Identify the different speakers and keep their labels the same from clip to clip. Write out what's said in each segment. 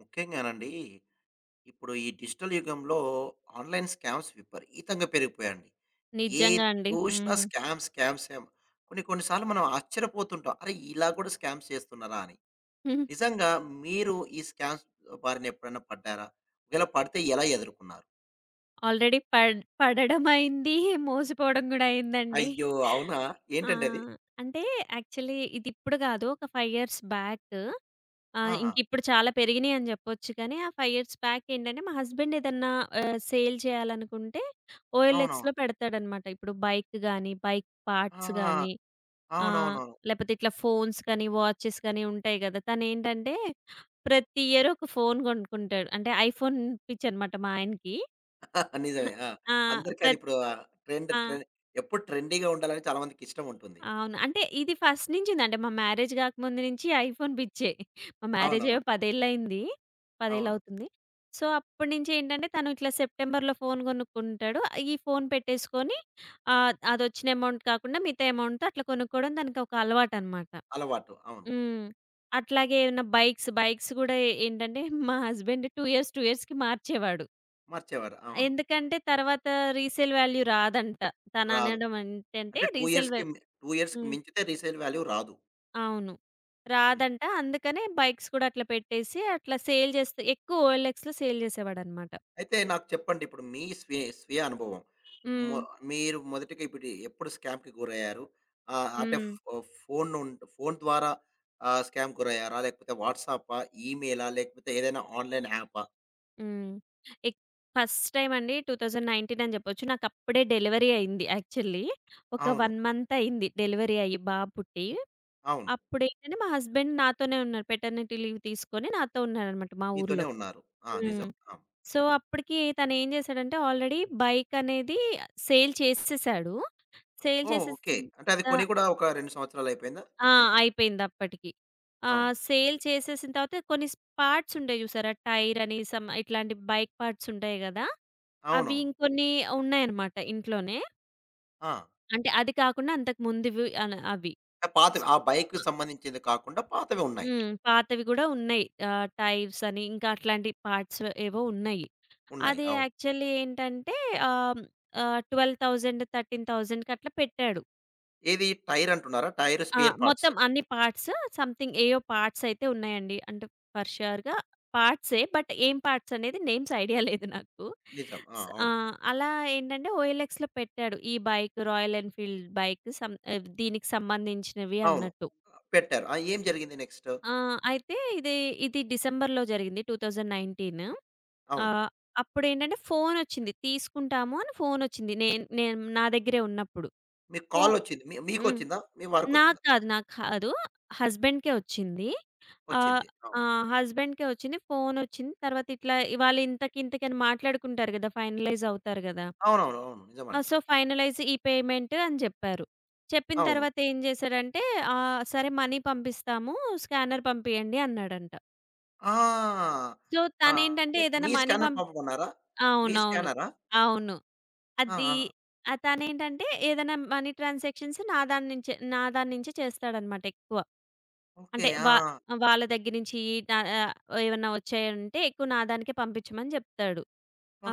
Speaker 1: ముఖ్యంగానండి, ఇప్పుడు ఈ డిజిటల్ యుగంలో ఆన్‌లైన్ స్కామ్స్ విపరీతంగా పెరిగిపోయాయండి. ఏది
Speaker 2: నిజంగా అండి.
Speaker 1: చూసినా
Speaker 2: హ్మ్.
Speaker 1: Scam, scam, scam. కొన్ని కొన్ని సార్లు మనం ఆశ్చర్యపోతుంటాం. అరే! ఇలా కూడా స్కామ్స్ చేస్తున్నారా అని. నిజంగా మీరు ఈ స్కామ్స్ బారిన ఎప్పుడైనా పడ్డారా? ఒకవేళ పడితే ఎలా ఎదుర్కున్నారు?
Speaker 2: ఆల్రెడీ పడడం అయింది. మోసిపోవడం గూడా అయిందండి.
Speaker 1: అయ్యో! అవునా?
Speaker 2: ఆ!
Speaker 1: ఏంటండి అది?
Speaker 2: అంటే యాక్చువల్లీ ఇది ఇప్పుడు గాదు. ఒక 5 ఇయర్స్ బ్యాక్.
Speaker 1: ఆ!
Speaker 2: ఇంకిప్పుడు చాలా పెరిగినియి అని జెప్పొచ్చు కానీ, ఆ 5 ఇయర్స్ బ్యాక్ ఏంటంటే, మా హస్బెండ్ ఏదన్నా సేల్ చేయాలనుకుంటే
Speaker 1: అవునవును.
Speaker 2: ఓఎల్ఎక్స్‌లో పెడతాడనమాట. ఇప్పుడు బైక్ గాని, బైక్ పార్ట్స్
Speaker 1: ఆ!
Speaker 2: గాని, ఆ!
Speaker 1: అవునవునవును.
Speaker 2: లేపోతే ఇట్లా ఫోన్స్ కానీ, వాచెస్ కానీ ఉంటాయి గదా! తనేంటంటే ప్రతి ఇయర్ ఒక ఫోన్ కొనుక్కుంటాడు. అంటే ఐఫోన్ పిచ్చనమాట మా ఆయనకి.
Speaker 1: నిజమే. ఆ!
Speaker 2: ఆ!
Speaker 1: అందరికీ అది
Speaker 2: ప్రత్
Speaker 1: ఇప్పుడు ట్రెండ్
Speaker 2: ఆ!
Speaker 1: ట్రెండ్ ఎప్పుడు ట్రెండీగా ఉండాలని చాలా మందికి ఇష్టం ఉంటుంది.
Speaker 2: అవును. అంటే ఇది ఫస్ట్ నుంచిందండి. మా మ్యారేజ్ గాకముందు నుంచి ఐఫోన్ పిచ్చే. మా
Speaker 1: అవునవును.
Speaker 2: మ్యారేజయ్యో 10 ఏళ్లయింది. 10
Speaker 1: అవును.
Speaker 2: ఏళ్లవుతుంది. సో, అప్పటినుంచేంటంటే తను ఇట్లా సెప్టెంబర్‌లో ఫోన్ కొనుక్కుంటాడు. ఈ ఫోన్ పెట్టేసుకొని అదొచ్చిన అమౌంట్ కాకుండా మిగతా అమౌంట్‌తో అట్లా కొనుక్కోవడం దానికొక అలవాటనమాట.
Speaker 1: అలవాటు. అవును.
Speaker 2: హ్మ్. అట్లాగే ఏమన్నా బైక్స్, బైక్స్ గూడా ఏంటంటే మా హస్బెండ్ 2 ఇయర్స్, 2 ఇయర్స్‌కి మార్చేవాడు.
Speaker 1: మార్చేవారు. అవును.
Speaker 2: ఎందుకంటే తర్వాత రీసేల్ వాల్యూ రాదంట.
Speaker 1: రాదు.
Speaker 2: తననడం ఏంటంటే
Speaker 1: అంటే 2
Speaker 2: రీసేల్
Speaker 1: ఇయర్స్‌కి
Speaker 2: వాల్యూ.
Speaker 1: 2 ఇయర్స్‌కి
Speaker 2: హ్మ్.
Speaker 1: మించితే రీసేల్ వాల్యూ రాదు.
Speaker 2: అవును.
Speaker 1: హ్మ్.
Speaker 2: రాదంట. అందుకనే బైక్స్ కూడా అట్లా పెట్టేసి అట్లా సేల్ చేస్తే ఎక్కువ ఓఎల్ఎక్స్‌లో సేల్ చేసేవాడనమాట.
Speaker 1: అయితే నాకు చెప్పండి ఇప్పుడు మీ స్వీయ అనుభవం. మొ
Speaker 2: హ్మ్.
Speaker 1: మీరు మొదటిగా ఇప్పుడు ఎప్పుడు స్కామ్‌కి గురయ్యారు? అంటే
Speaker 2: హ్మ్.
Speaker 1: ఫోన్ నుం ఫోన్ ద్వారా స్కామ్ గురయ్యారా? లేకపోతే వాట్సాపా? ఈమెయిలా? లేకపోతే ఏదైనా ఆన్‌లైన్ యాపా?
Speaker 2: హ్మ్. ఎక్ ఫస్ట్ టైమ్ అండి 2019 అని చెప్పొచ్చు. నాకప్పుడే డెలివరీ అయింది యాక్చువల్లీ. ఒక
Speaker 1: అవును.
Speaker 2: 1 మంత్ అయింది డెలివరీ అయ్యి బాబు పుట్టి.
Speaker 1: అవును.
Speaker 2: అప్పుడేంటంటే మా హస్బెండ్ నాతోనే ఉన్నారు. పెటర్నిటీ లీవ్ తీసుకొని నాతో ఉన్నారనమాట మా
Speaker 1: మీతోనే
Speaker 2: ఊర్లో.
Speaker 1: ఉన్నారు. ఆ!
Speaker 2: హ్మ్.
Speaker 1: నిజం. ఆ!
Speaker 2: సో, అప్పటికి తనేం చేశాడంటే ఆల్రెడీ బైక్ అనేది సేల్ చేసేసాడు. Sale
Speaker 1: oh! ఓకే.
Speaker 2: చేసేసిన
Speaker 1: అంటే అది కొని
Speaker 2: ఆహ్,
Speaker 1: కూడా ఒక 2 సంవత్సరాలు అయిపోయిందా?
Speaker 2: ఆ! అయిపోయింది అప్పటికి.
Speaker 1: అవును.
Speaker 2: సేల్ చేసేసిన తర్వాత కొన్ని పార్ట్స్ ఉంటాయి చూసారా? టైర్ అని సమ్ ఇట్లాంటి బైక్ పార్ట్స్ ఉంటాయి గదా! అవి
Speaker 1: అవునవును.
Speaker 2: ఇంకొన్ని ఉన్నాయన్నమాట ఇంట్లోనే.
Speaker 1: ఆ!
Speaker 2: అంటే అది కాకుండా అంతకు ముందువి అవి.
Speaker 1: ఆ! పాతవి. ఆ బైక్‌కి సంబంధించింది కాకుండా పాతవి ఉన్నాయి.
Speaker 2: హ్మ్. పాతవి గూడా ఉన్నాయి. టైవ్స్ అని ఇంకా అట్లాంటి పార్ట్స్ ఏవో ఉన్నాయి.
Speaker 1: ఉన్నాయి.
Speaker 2: అది
Speaker 1: అవును.
Speaker 2: యాక్చువల్లీ ఏంటంటే ఆహ్, ఆహ్, 12,000, 13,000కి అట్లా పెట్టాడు.
Speaker 1: ఏది టైర్ అంటున్నారా? Tyre spare parts.
Speaker 2: మొత్తం అన్ని పార్ట్స్, సంథింగ్ ఏయో పార్ట్స్ అయితే ఉన్నాయండి. అంటే ఫర్ ష్యూర్‌గా పార్ట్సే. బట్ ఏం పార్ట్స్ అనేది నేమ్స్ ఐడియా లేదు నాకు.
Speaker 1: నిజం. ఆ!
Speaker 2: స్ ఆ!
Speaker 1: అవును.
Speaker 2: అలా ఏంటంటే ఓఎల్ఎక్స్‌లో పెట్టాడు. ఈ బైక్ రాయల్ ఎన్‌ఫీల్డ్ బైక్, దీనికి సంబంధించినవి
Speaker 1: అవును.
Speaker 2: అన్నట్టు.
Speaker 1: పెట్టారు. ఆ! ఏం జరిగింది నెక్స్ట్?
Speaker 2: ఆ! అయితే ఇది, డిసెంబర్‌లో జరిగింది, 2019.
Speaker 1: అవును.
Speaker 2: ఆహ్, అప్పుడేంటంటే ఫోనొచ్చింది. తీసుకుంటాము అని ఫోనొచ్చింది. నేను నేను నా దగ్గరే ఉన్నప్పుడు.
Speaker 1: మీకు
Speaker 2: ఫో
Speaker 1: కాలొచ్చింది. మీ
Speaker 2: హ్మ్.
Speaker 1: మీకొచ్చిందా? మీ
Speaker 2: నాకు
Speaker 1: వారికొచ్చిందా?
Speaker 2: కాదు, నాకు కాదు. హస్బెండ్‌కే వచ్చింది. ఆహ్,
Speaker 1: వచ్చింది. అవును.
Speaker 2: ఆహ్, హస్బెండ్‌కే వచ్చింది. ఫోనొచ్చింది. తర్వాత ఇట్లా ఇవాళ ఇంతకి, ఇంతకి అని మాట్లాడుకుంటారు గదా! ఫైనలైజ్ అవుతారు గదా!
Speaker 1: అవునవును. అవును. నిజమండి.
Speaker 2: సో, ఫైనలైజ్ ఈ పేమెంట్ అని చెప్పారు. చెప్పిన
Speaker 1: అవును.
Speaker 2: తర్వాత ఏం చేశాడంటే సరే మనీ పంపిస్తాము, స్కానర్ పంపియండి అన్నాడంట.
Speaker 1: ఆ!
Speaker 2: సో,
Speaker 1: ఆ!
Speaker 2: తనేంటంటే
Speaker 1: అంటే
Speaker 2: ఏదైనా
Speaker 1: మీ
Speaker 2: మనీ
Speaker 1: స్కానర్
Speaker 2: పంప్
Speaker 1: పంపమన్నారా? మీ
Speaker 2: అవునవును.
Speaker 1: స్కానరా?
Speaker 2: అవును.
Speaker 1: ఆ!
Speaker 2: అది.
Speaker 1: ఆ!
Speaker 2: తనేంటంటే ఏదైనా మనీ ట్రాన్సాక్షన్స్ నా దాని నుంచే చేస్తాడనమాట ఎక్కువ.
Speaker 1: ఓకే.
Speaker 2: అంటే
Speaker 1: ఆ! ఆ!
Speaker 2: వాళ్ళ దగ్గర నుంచి న ఆహ్, ఏమన్నా వచ్చాయంటే ఎక్కువ నా దానికే పంపించమని చెప్తాడు.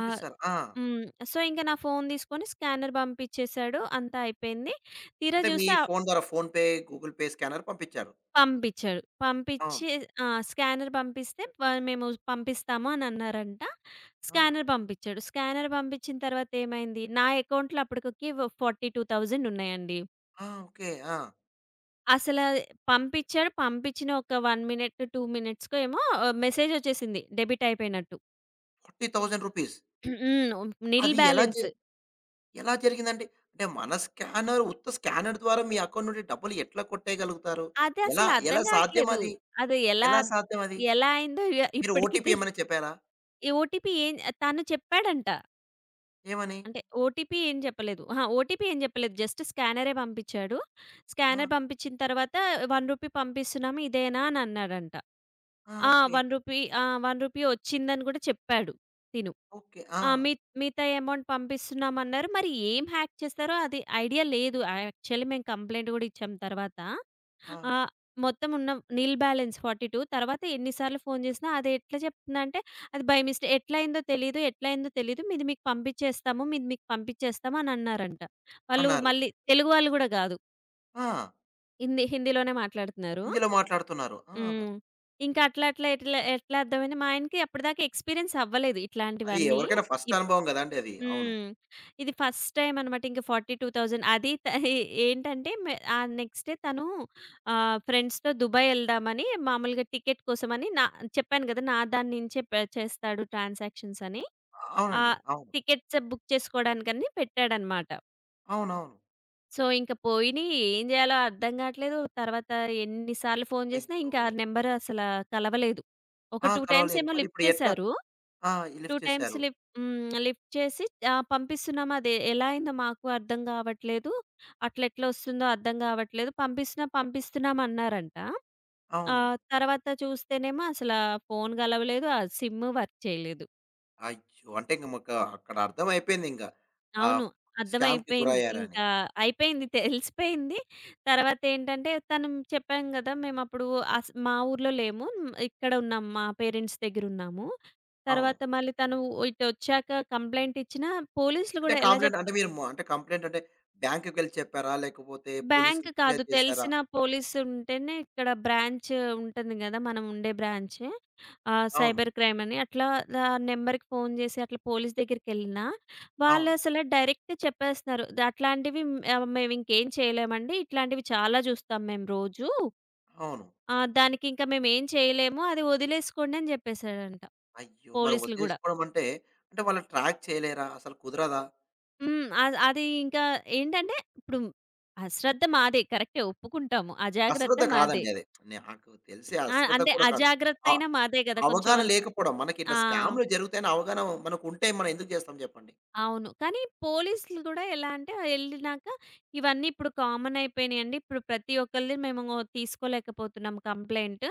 Speaker 2: ఆహ్,
Speaker 1: ఆ!
Speaker 2: హ్మ్. సో, ఇంక నా ఫోను తీసుకొని స్కానర్ పంపించేసాడు. అంతా అయిపోయింది. తీరా
Speaker 1: అంటే మీ
Speaker 2: చూస్తే
Speaker 1: ఫోను ద్వారా ఫోన్‌పే, గూగుల్ పే స్కానర్ పంపించారు.
Speaker 2: పంపించాడు.
Speaker 1: అవును.
Speaker 2: స్కానర్ పంపిస్తే వాళ్ళు, మేము పంపిస్తాము అని అన్నారంట.
Speaker 1: ఆ!
Speaker 2: స్కానర్ పంపించాడు. స్కానర్ పంపించిన తర్వాత ఏమైంది, నా అకౌంట్‌లో అప్పటికి 42,000 ఉన్నాయండి.
Speaker 1: ఆ! ఓకే. ఆ!
Speaker 2: అసల పంపించాడు. పంపించిన ఒక 1 మినిట్, 2 మినిట్స్‌కో ఏమో మెసేజ్ వచ్చేసింది, డెబిట్ అయిపోయినట్టు.
Speaker 1: రూ. 40,000.
Speaker 2: హ్మ్. నిల్
Speaker 1: అది
Speaker 2: బ్యాలెన్స్.
Speaker 1: ఎలా జరిగిందండి? అంటే మన స్కానర్ ఉత్త స్కానర్ ద్వారా మీ అకౌంట్ నుండి డబ్బులు ఎట్లా కొట్టేయగలుగుతారు?
Speaker 2: అది
Speaker 1: ఎలా
Speaker 2: అసలు అర్థం
Speaker 1: ఎలా సాధ్యం
Speaker 2: కావట్లేదు.
Speaker 1: అది?
Speaker 2: అది ఎలా
Speaker 1: ఎలా సాధ్యం అది?
Speaker 2: ఎలా అయిందో ఇ
Speaker 1: మీరు
Speaker 2: ఇప్పటికి
Speaker 1: ఓటీపీ
Speaker 2: తెలి.
Speaker 1: ఏమని చెప్పారా?
Speaker 2: ఈ ఓటీపీ ఏం తను చెప్పాడంట.
Speaker 1: ఏమని?
Speaker 2: అంటే ఓటీపీ ఏం చెప్పలేదు. అహా! ఓటీపీ ఏం చెప్పలేదు. జస్ట్ స్కానరే పంపించాడు.
Speaker 1: ఆ!
Speaker 2: స్కానర్ పంపించిన తర్వాత రూ. 1 పంపిస్తున్నాము ఇదేనా అని అన్నాడంట.
Speaker 1: ఆ!
Speaker 2: ఆ!
Speaker 1: ఓకే.
Speaker 2: రూ. 1. రూ. 1 వచ్చిందని కూడా చెప్పాడు తిను.
Speaker 1: ఓకే. ఆ!
Speaker 2: ఆ! మి మిగతా అమౌంట్ పంపిస్తున్నామన్నారు. మరి ఏం హ్యాక్ చేశారో అది ఐడియా లేదు. యాక్చువల్లీ మేము కంప్లెయింట్ గూడా ఇచ్చాం తర్వాత.
Speaker 1: ఆ!
Speaker 2: ఆహ్, మొత్తం ఉన్న నిల్ బ్యాలెన్స్ 42. తర్వాత ఎన్ని సార్లు ఫోను చేసినా అది ఎట్లా చెప్తుందంటే, అది బై మిస్టే ఎట్లా అయిందో తెలీదు, ఎట్లా అయిందో తెలీదు, మీది మీకు పంపిచ్చేస్తాము, మీది మీకు పంపిచ్చేస్తాము అని అన్నారంట. వాళ్ళు
Speaker 1: అన్నారు.
Speaker 2: మళ్ళీ తెలుగు వాళ్ళు గూడా గాదు.
Speaker 1: ఆ!
Speaker 2: హిందీలోనే మాట్లాడుతున్నారు.
Speaker 1: హిందీలో మాట్లాడుతున్నారు. ఆ!
Speaker 2: హ్మ్. ఇంకా అట్లా అట్లా ఎట్లా ఎట్లా అర్థమైంది మా ఆయనకి. అప్పటిదాకా ఎక్స్‌పీరియన్స్ అవ్వలేదు
Speaker 1: అది
Speaker 2: ఇట్లాంటివన్నీ.
Speaker 1: ఎవరికైనా
Speaker 2: ఇ
Speaker 1: ఫస్ట్ అనుభవం గదండీ అది. అవును.
Speaker 2: హ్మ్. ఇది ఫస్ట్ టైమ్ అనమాట. ఇంక 42,000 అది త ఏంటంటే ఆ నెక్స్ట్ డే తను ఫ్రెండ్స్‌తో దుబాయ్ ఎళ్దామని మామూలుగా టికెట్ కోసమని చెప్పాను గదా! నా దాని నుంచే చేస్తాడు ట్రాన్సాక్షన్స్ అని. ఆ
Speaker 1: అవునండి. అవును.
Speaker 2: టికెట్స్ బుక్ చేసుకోవడానికని పెట్టాడనమాట.
Speaker 1: అవునవును.
Speaker 2: సో, ఇంక పోయినియి ఏం జేయాలో అర్థం గాట్లేదు. తర్వాత ఎన్ని సార్లు ఫోను జేసినా
Speaker 1: అయ్యో!
Speaker 2: ఇంకా ఆ నెంబర్ కలవలేదు. ఒక
Speaker 1: ఆ!
Speaker 2: 2 టైమ్స్
Speaker 1: కలవలేదు.
Speaker 2: ఏమో లిఫ్ట్
Speaker 1: మరిప్పుడు ఎట్లా?
Speaker 2: చేశారు.
Speaker 1: ఆ!
Speaker 2: 2
Speaker 1: లిఫ్ట్
Speaker 2: టైమ్స్
Speaker 1: చేశారు.
Speaker 2: లిఫ్ హ్మ్. లిఫ్ట్ చేసి పంపిస్తున్నాం, అది ఎలా అయిందో మాకు అర్థం కావట్లేదు, అట్లెట్లా వస్తుందో అర్థం కావట్లేదు, పంపిస్తున్నాం అన్నారంట.
Speaker 1: అవును.
Speaker 2: తర్వాత చూస్తేనేమో ఫోను కలవలేదు. ఆ సిమ్ వర్క్ చేయలేదు.
Speaker 1: అయ్యో! అంటే ఇంక మాకు అక్కడ అర్థమైపోయిందింక. ఆహ్,
Speaker 2: అవును.
Speaker 1: స్కామ్‌కి
Speaker 2: అర్థమైపోయింది.
Speaker 1: గురయ్యారని.
Speaker 2: అయిపోయింది. తెలిసిపోయింది. తర్వాతేంటంటే తను చెప్పాం గదా! మేమప్పుడు మా ఊర్లో లేము. మ్, ఇక్కడ ఉన్నాం. మా పేరెంట్స్ దగ్గరున్నాము.
Speaker 1: అవును.
Speaker 2: తర్వాత మళ్ళీ తను ఇటొచ్చాక కంప్లెయింట్ ఇచ్చినా, పోలీసులు
Speaker 1: అంటే
Speaker 2: గూడా ఎలా
Speaker 1: కంప్లెయింట్
Speaker 2: జెప్
Speaker 1: అంటే మీరు అంటే కంప్లెయింట్ అంటే బ్యాంక్‌కెళ్ళి చెప్పారా? లేకపోతే
Speaker 2: బ్యాంక్
Speaker 1: పోలీసులకి
Speaker 2: కాదు.
Speaker 1: ఫిర్యాదు చేసారా?
Speaker 2: తెలిసిన పోలీసుంటేనే ఇక్కడ బ్రాంచ్ ఉంటుంది గదా! మనం ఉండే బ్రాంచ్.
Speaker 1: అవును.
Speaker 2: సైబర్ క్రైమ్ అని. అట్లా నంబర్‌కి ఫోను జేసి అట్లా పోలీస్ దగ్గరికెళ్ళినా
Speaker 1: అవును.
Speaker 2: వాళ్ళసల డైరెక్ట్ చెప్పేస్తున్నారు. ద అట్లాంటివి హ్మ్, ఆహ్, మేవింకేం చేయలేమండి. ఇట్లాంటివి చాలా జూస్తాం మేము రోజు.
Speaker 1: అవును.
Speaker 2: దానికింక మేమేం చేయలేము. అది వదిలేసుకోండి అని జెప్పేసాడంట,
Speaker 1: అయ్యో! మరి
Speaker 2: పోలీసులు గూడా.
Speaker 1: వదిలేసుకోవడం అంటే, అంటే వాళ్ళని ట్రాక్ చేయలేరా? అసలు కుదరదా?
Speaker 2: హ్మ్. అది ఇంకా ఏంటంటే ఇప్పుడు అశ్రద్ధ మాదే. కరెక్టే, ఒప్పుకుంటాము. అజాగ్రత్త
Speaker 1: అశ్రద్ధ
Speaker 2: మాదే.
Speaker 1: కాదండి అది. నాకు తెలిసి అశ్రద్ధ
Speaker 2: అంటే
Speaker 1: కూడా కాదు.
Speaker 2: అజాగ్రత్త
Speaker 1: అ
Speaker 2: అయినా మాదే గదా! కొంచెం
Speaker 1: అవగాహన
Speaker 2: అన్
Speaker 1: లేకపోవడం.
Speaker 2: ఆ!
Speaker 1: మనకిట్లా స్కామ్‌లు జరుగుతాయని అవగాహన మనకుంటే మనం ఎందుకు చేస్తాం చెప్పండి?
Speaker 2: అవును. కానీ పోలీసులు గూడా ఎలా అంటే ఎళ్ళినాక, ఇవన్నీ ఇప్పుడు కామన్ అయిపోయినాయండి. ఇప్పుడు ప్రతి ఒక్కళ్ళది మేము తీసుకోలేకపోతున్నాం కంప్లెయింట్.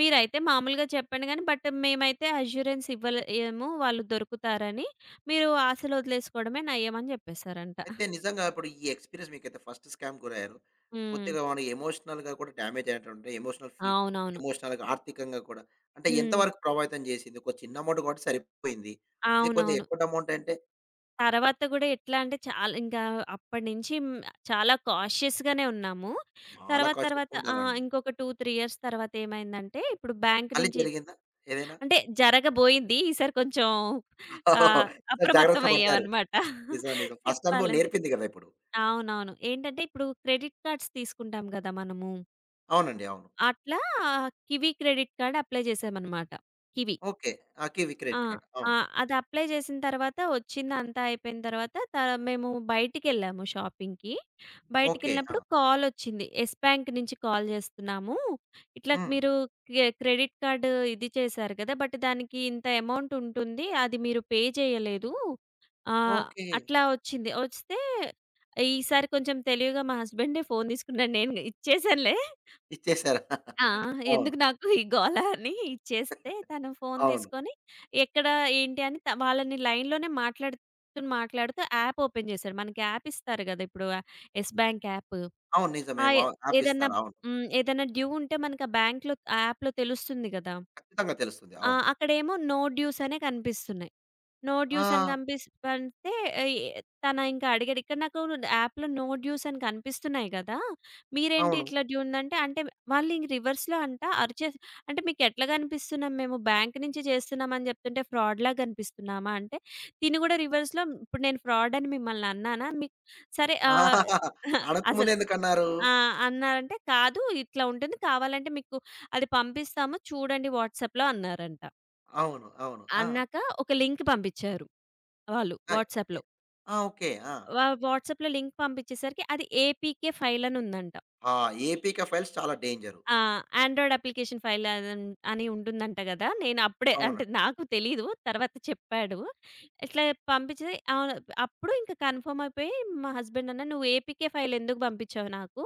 Speaker 2: మీరైతే మామూలుగా చెప్పండి గానీ, బట్ మేమైతే అష్యూరెన్స్ ఇవ్వలేము వాళ్ళు దొరుకుతారని. మీరు ఆశలు వదిలేసుకోవడమే నయ్యం అని జెప్పేసారంట.
Speaker 1: అయితే నిజంగా ఇప్పుడు ఈ ఎక్స్‌పీరియన్స్ మీకైతే ఫస్ట్ స్కామ్‌కి గురయ్యారు.
Speaker 2: హ్మ్.
Speaker 1: కొద్దిగా మనం ఎమోషనల్‌గా కూడా డ్యామేజ్ అయినటువంటి
Speaker 2: అవునవును.
Speaker 1: ఎమోషనల్‌గా, ఆర్థికంగా కూడా అంటే ఎంత
Speaker 2: హ్మ్.
Speaker 1: వరకు ప్రభావితం చేసింది? ఒక చిన్న అమౌంట్ కాబట్టి సరిపోయింది. అదే కొద్దిగా
Speaker 2: అవునవును.
Speaker 1: ఎక్కువ అమౌంట్ అంటే
Speaker 2: తర్వాత గూడా ఎట్లా అంటే చాలా ఇంకా అప్పటినుంచి హ్మ్, చాలా కాషియస్ గానే ఉన్నాము.
Speaker 1: చాలా
Speaker 2: తర్వాత
Speaker 1: కాషియస్‌గా
Speaker 2: తర్వాత
Speaker 1: ఉండాలండి.
Speaker 2: ఇంకొక 2, 3 ఇయర్స్ తర్వాత ఏమైందంటే ఇప్పుడు బ్యాంక్
Speaker 1: మళ్ళీ
Speaker 2: నుంచి,
Speaker 1: జరిగిందా ఏదైనా?
Speaker 2: అంటే జరగబోయింది. ఈసారి కొంచెం ఆహ్,
Speaker 1: ఈసారి
Speaker 2: అప్రమత్తం
Speaker 1: జాగ్రత్త పడ్డారు.
Speaker 2: అయ్యామనమాట.
Speaker 1: నిజం. నిజం. ఫస్ట్ అనుభవం
Speaker 2: చెప్పాలంటే.
Speaker 1: నేర్పింది కదా! ఇప్పుడు.
Speaker 2: అవునవును. ఏంటంటే ఇప్పుడు క్రెడిట్ కార్డ్స్ తీసుకుంటాం గదా! మనము.
Speaker 1: అవునండి. అవును.
Speaker 2: అట్లా కివీ క్రెడిట్ కార్డ్ అప్లై చేశామనమాట. కివీ.
Speaker 1: ఓకే. ఆ! కివి
Speaker 2: ఆ!
Speaker 1: Credit card.
Speaker 2: ఆ!
Speaker 1: అవును.
Speaker 2: అది అప్లై చేసిన తర్వాత వచ్చిందంతా అయిపోయిన తర్వాత మేము బయటికెళ్ళాము షాపింగ్‌కి.
Speaker 1: ఓకే. ఆ!
Speaker 2: బయటికెళ్ళినప్పుడు కాలొచ్చింది. యెస్ బ్యాంక్ నుంచి కాల్ చేస్తున్నాము, ఇట్లా
Speaker 1: హ్మ్.
Speaker 2: మీరు క్రెడిట్ కార్డ్ ఇది చేశారు కదా! బట్ దానికి ఇంత అమౌంట్ ఉంటుంది. అది మీరు పే చేయలేదు. ఆహ్,
Speaker 1: ఓకే.
Speaker 2: అట్లా వచ్చింది. వస్తే ఈసారి కొంచెం తెలివిగా మా హస్బెండే ఫోన్ తీసుకున్నాడు. నేను ఇచ్చేసానులే.
Speaker 1: ఇచ్చేసారు.
Speaker 2: ఆ!
Speaker 1: అవును.
Speaker 2: ఎందుకు నాకు ఈ గోల అని ఇచ్చేస్తే తను ఫోను
Speaker 1: అవును.
Speaker 2: తీసుకొని ఎక్కడ ఏంటి అని వాళ్ళని లైన్‌లోనే మాట్లాడుతూ, మాట్లాడుతూ యాప్ ఓపెన్ చేశాడు. మనకి యాప్ ఇస్తారు కదా! ఇప్పుడు యెస్ బ్యాంక్ యాప్.
Speaker 1: అవును. నిజమే.
Speaker 2: ఆ!
Speaker 1: యాప్
Speaker 2: ఏదన్నా
Speaker 1: ఇస్తారు. అవును.
Speaker 2: హ్మ్. ఏదన్నా డ్యూ ఉంటే మనకి ఆ బ్యాంక్‌లో ఆ యాప్‌లో తెలుస్తుంది కదా!
Speaker 1: ఖచ్చితంగా తెలుస్తుంది. అవును.
Speaker 2: అక్కడేమో నో డ్యూస్ అనే కనిపిస్తున్నాయి. నో
Speaker 1: ఆ!
Speaker 2: డ్యూస్ అని కంపిస్ అంటే ఆహ్, తను ఇంకా అడిగాడు, ఇక్కడ నాకు యాప్‌లో నో డ్యూస్ అని కనిపిస్తున్నాయి కదా! మీరేంటి
Speaker 1: అవును.
Speaker 2: ఇట్లా డ్యూ ఉందంటే, అంటే వాళ్ళు ఇంక రివర్స్‌లో అరిచేసి, అంటే మీకెట్లా కనిపిస్తున్నాం మేము? బ్యాంక్ నుంచి చేస్తున్నాం అని చెప్తుంటే ఫ్రాడ్‌లా కనిపిస్తున్నామా అంటే, తిను కూడా రివర్స్‌లో ఇప్పుడు నేను ఫ్రాడ్ అని మిమ్మల్ని అన్నానా? మీకు సరే ఆహ్,
Speaker 1: అడక్కముందే
Speaker 2: అసలు
Speaker 1: ఎందుకన్నారు?
Speaker 2: ఆ! అన్నారంటే కాదు ఇట్లా ఉంటుంది. కావాలంటే మీకు అది పంపిస్తాము చూడండి వాట్సాప్‌లో అన్నారంట.
Speaker 1: అవును. అవును. ఆ!
Speaker 2: అన్నాక ఒక లింక్ పంపించారు వాళ్ళు
Speaker 1: ఆ! ఎ
Speaker 2: వాట్సాప్‌లో.
Speaker 1: ఆ! ఓకే. ఆ!
Speaker 2: వాట్సాప్‌లో లింక్ పంపించేసరికి అది ఏపీకే ఫైల్ అని ఉందంట.
Speaker 1: ఆ! ఏపీకే ఫైల్స్ చాలా డేంజరు.
Speaker 2: ఆ! ఆండ్రాయిడ్ అప్లికేషన్ ఫైల్ అది అని ఉంటుందంట గదా! నేను అప్పుడే,
Speaker 1: అవును.
Speaker 2: అంటే నాకు తెలీదు, తర్వాత చెప్పాడు. ఇట్లా పంపించి. అవును. అప్పుడు ఇంకా కన్ఫర్మ్ అయిపోయి మా హస్బెండ్ అన్న, "నువ్వు ఏపీకే ఫైల్ ఎందుకు పంపించావు నాకు?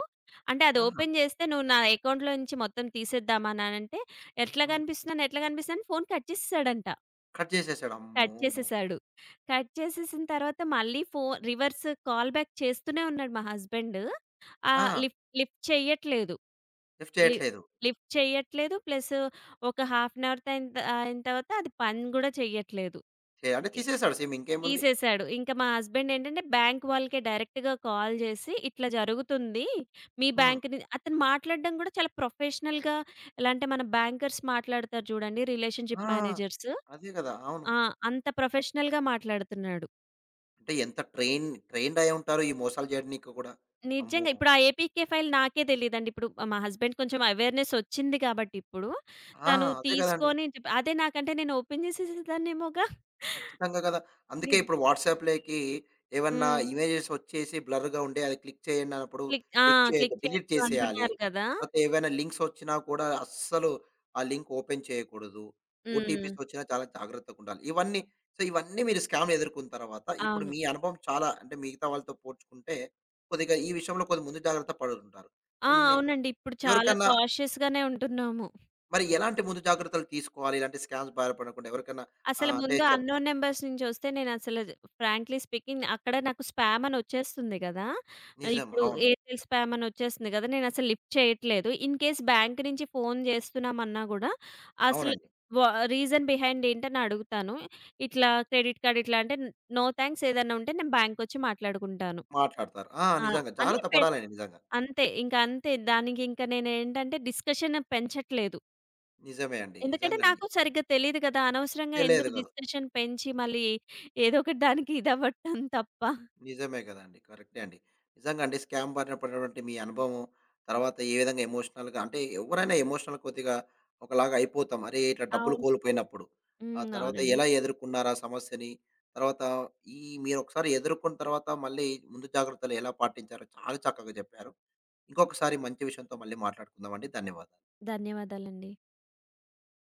Speaker 2: అంటే అది
Speaker 1: ఆహా!
Speaker 2: ఓపెన్ చేస్తే నువ్వు నా అకౌంట్‌లో నుంచి మొత్తం తీసేద్దామా" అని అంటే, "ఎట్లా
Speaker 1: హ్మ్.
Speaker 2: కనిపిస్తున్నాను? ఎట్లా కనిపిస్తున్నాను?" అని ఫోన్ కట్ చేసేసాడంట.
Speaker 1: కట్ చేసేసాడు. అమ్మో!
Speaker 2: కట్ చేసేసాడు. కట్ చేసేసిన తర్వాత మళ్ళీ రివర్స్ కాల్ బ్యాక్ చేస్తూనే ఉన్నాడు మా హస్బెండ్. ఆహ్,
Speaker 1: ఆ!
Speaker 2: లిఫ్ట్ లిఫ్ట్ చెయ్యట్లేదు.
Speaker 1: లిఫ్ట్
Speaker 2: లి
Speaker 1: చేయట్లేదు.
Speaker 2: లిఫ్ట్ చెయ్యట్లేదు. ప్లస్ ఒక హాఫ్ అన్ అవర్ అయిన తర్వాత అది పని గూడా చెయ్యట్లేదు.
Speaker 1: అంటే తీసేసాడు సిమ్ ఇంకేముంది.
Speaker 2: తీసేసాడు. ఇంక మా హస్బెండ్ ఏంటంటే బ్యాంక్ వాళ్ళకే డైరెక్ట్‌గా కాల్ చేసి, "ఇట్లా జరుగుతుంది మీ
Speaker 1: హ్మ్.
Speaker 2: బ్యాంక్‌ని." అతను మాట్లాడడం కూడా చాలా ప్రొఫెషనల్‌గా, ఎలా అంటే మన బ్యాంకర్స్ మాట్లాడతారు చూడండి,
Speaker 1: ఆ!
Speaker 2: Relationship managers.
Speaker 1: అదే గదా! అవును.
Speaker 2: ఆ! అంత ప్రొఫెషనల్‌గా మాట్లాడుతున్నాడు.
Speaker 1: అంటే ఎంత ట్రైన్డ్ అయ్యుంటారు ఈ మోసాలు జేయడానికి కూడా. అమ్మో!
Speaker 2: నిజంగా ఇప్పుడు ఆ ఏపీకే ఫైల్ నాకే తెలీదండి. ఇప్పుడు మా హస్బెండ్ కొంచెం అవేర్‌నెస్ వచ్చింది కాబట్టి ఇప్పుడు
Speaker 1: ఆ!
Speaker 2: తను
Speaker 1: అదే గదండీ.
Speaker 2: తీసుకొని అదే, నాకంటే నేను ఓపెన్ చేసేసేదాన్నేమోగా.
Speaker 1: ఖచ్చితంగా కదా! అందుకే
Speaker 2: నిద్
Speaker 1: ఇప్పుడు వాట్సాప్‌లోకి ఏవన్నా
Speaker 2: హ్మ్.
Speaker 1: ఇమేజెస్ వచ్చేసి బ్లర్‌గా ఉండి అది క్లిక్ చేయండి అన్నప్పుడు
Speaker 2: క్లిక్ ఆ!
Speaker 1: క్లిక్ చేయొద్దు.
Speaker 2: క్లిక్
Speaker 1: డిలీట్
Speaker 2: చేయొద్దు
Speaker 1: చేసేయాలి.
Speaker 2: అంటున్నారు కదా!
Speaker 1: లేకపోతే ఏవైనా లింక్స్ వచ్చినా కూడా అస్సలు ఆ లింక్ ఓపెన్ చేయకూడదు.
Speaker 2: హ్మ్.
Speaker 1: ఓటీపీస్ వచ్చినా చాలా జాగ్రత్తగా ఉండాలి. సో, ఇవన్నీ మీరు స్కామ్‌లు ఎదుర్కొన్న తర్వాత ఇప్పుడు
Speaker 2: అవును.
Speaker 1: మీ అనుభవం చాలా అంటే మిగతా వాళ్ళతో పోల్చుకుంటే కొద్దిగా ఈ విషయంలో కొద్దిగా ముందు జాగ్రత్త పడుంటారు. సో,
Speaker 2: అవునండి. ఇప్పుడు చాలా
Speaker 1: ఎవరికన్నా
Speaker 2: కాషియస్‌గానే ఉంటున్నాము.
Speaker 1: మరి ఎలాంటి ముందు జాగ్రత్తలు తీసుకోవాలి? ఇలాంటి స్కామ్స్ బారిన పడకుండా ఎవరికన్నా
Speaker 2: అసలు
Speaker 1: అంటే
Speaker 2: ముందు అన్‌నోన్ నంబర్స్ నుంచొస్తే నేనసలు ఫ్రాంక్లీ స్పీకింగ్ అక్కడ నాకు స్పామ్ అని ఒచ్చేస్తుంది గదా!
Speaker 1: నిజం.
Speaker 2: ఇప్పుడు
Speaker 1: అవును.
Speaker 2: ఎయిర్‌టెల్ స్పామ్ అని ఒచ్చేస్తుంది గదా! నేనసలు లిఫ్ట్ చేయట్లేదు. ఇన్ కేస్ బ్యాంక్ నుంచి ఫోను జేస్తున్నామన్నా గూడా అసలు
Speaker 1: అవునండి.
Speaker 2: వ రీజన్ బిహైండ్ ఏంటని అడుగుతాను. ఇట్లా క్రెడిట్ కార్డ్ ఇట్లా అంటే, నో థాంక్స్, ఏదన్నా ఉంటే నేను బ్యాంక్‌కొచ్చి మాట్లాడుకుంటాను.
Speaker 1: మాట్లాడతారు. ఆ!
Speaker 2: ఆ!
Speaker 1: నిజంగా.
Speaker 2: అని
Speaker 1: జాగ్రత్త
Speaker 2: పె
Speaker 1: పడాలండి నిజంగా.
Speaker 2: అంతే. ఇంక అంతే. దానికింక నేనేంటంటే డిస్కషన్ పెంచట్లేదు.
Speaker 1: నిజమే అండి.
Speaker 2: ఎందుకంటే
Speaker 1: నిజంగండి.
Speaker 2: నాకు సరిగ్గా తెలీదు కదా! అనవసరంగా
Speaker 1: తెలియదు
Speaker 2: ఎందుకు
Speaker 1: కదా!
Speaker 2: డిస్కషన్ పెంచి మళ్ళీ ఏదో ఒకటి దానికి ఇదవ్వటం తప్ప.
Speaker 1: నిజమే కదండీ. కరెక్టే అండి. నిజంగా అండి స్కామ్ బారిన పడినటువంటి మీ అనుభవం, తర్వాత ఏ విధంగా ఎమోషనల్‌గా అంటే ఎవరైనా ఎమోషనల్ కొద్దిగా ఒకలాగా అయిపోతాం. అరే! ఇట్లా డబ్బులు
Speaker 2: అవును.
Speaker 1: కోల్పోయినప్పుడు. ఆ
Speaker 2: హ్మ్.
Speaker 1: తర్వాత
Speaker 2: అవునండి.
Speaker 1: ఎలా ఎదుర్కొన్నారు ఆ సమస్యని? తర్వాత ఈ మీరొకసారి ఎదుర్కొన్న తర్వాత మళ్ళీ ముందు జాగ్రత్తలు ఎలా పాటించారో చాలా చక్కగా చెప్పారు. ఇంకొకసారి మంచి విషయంతో మళ్ళీ మాట్లాడుకుందామండి. ధన్యవాదాలు.
Speaker 2: ధన్యవాదాలండి.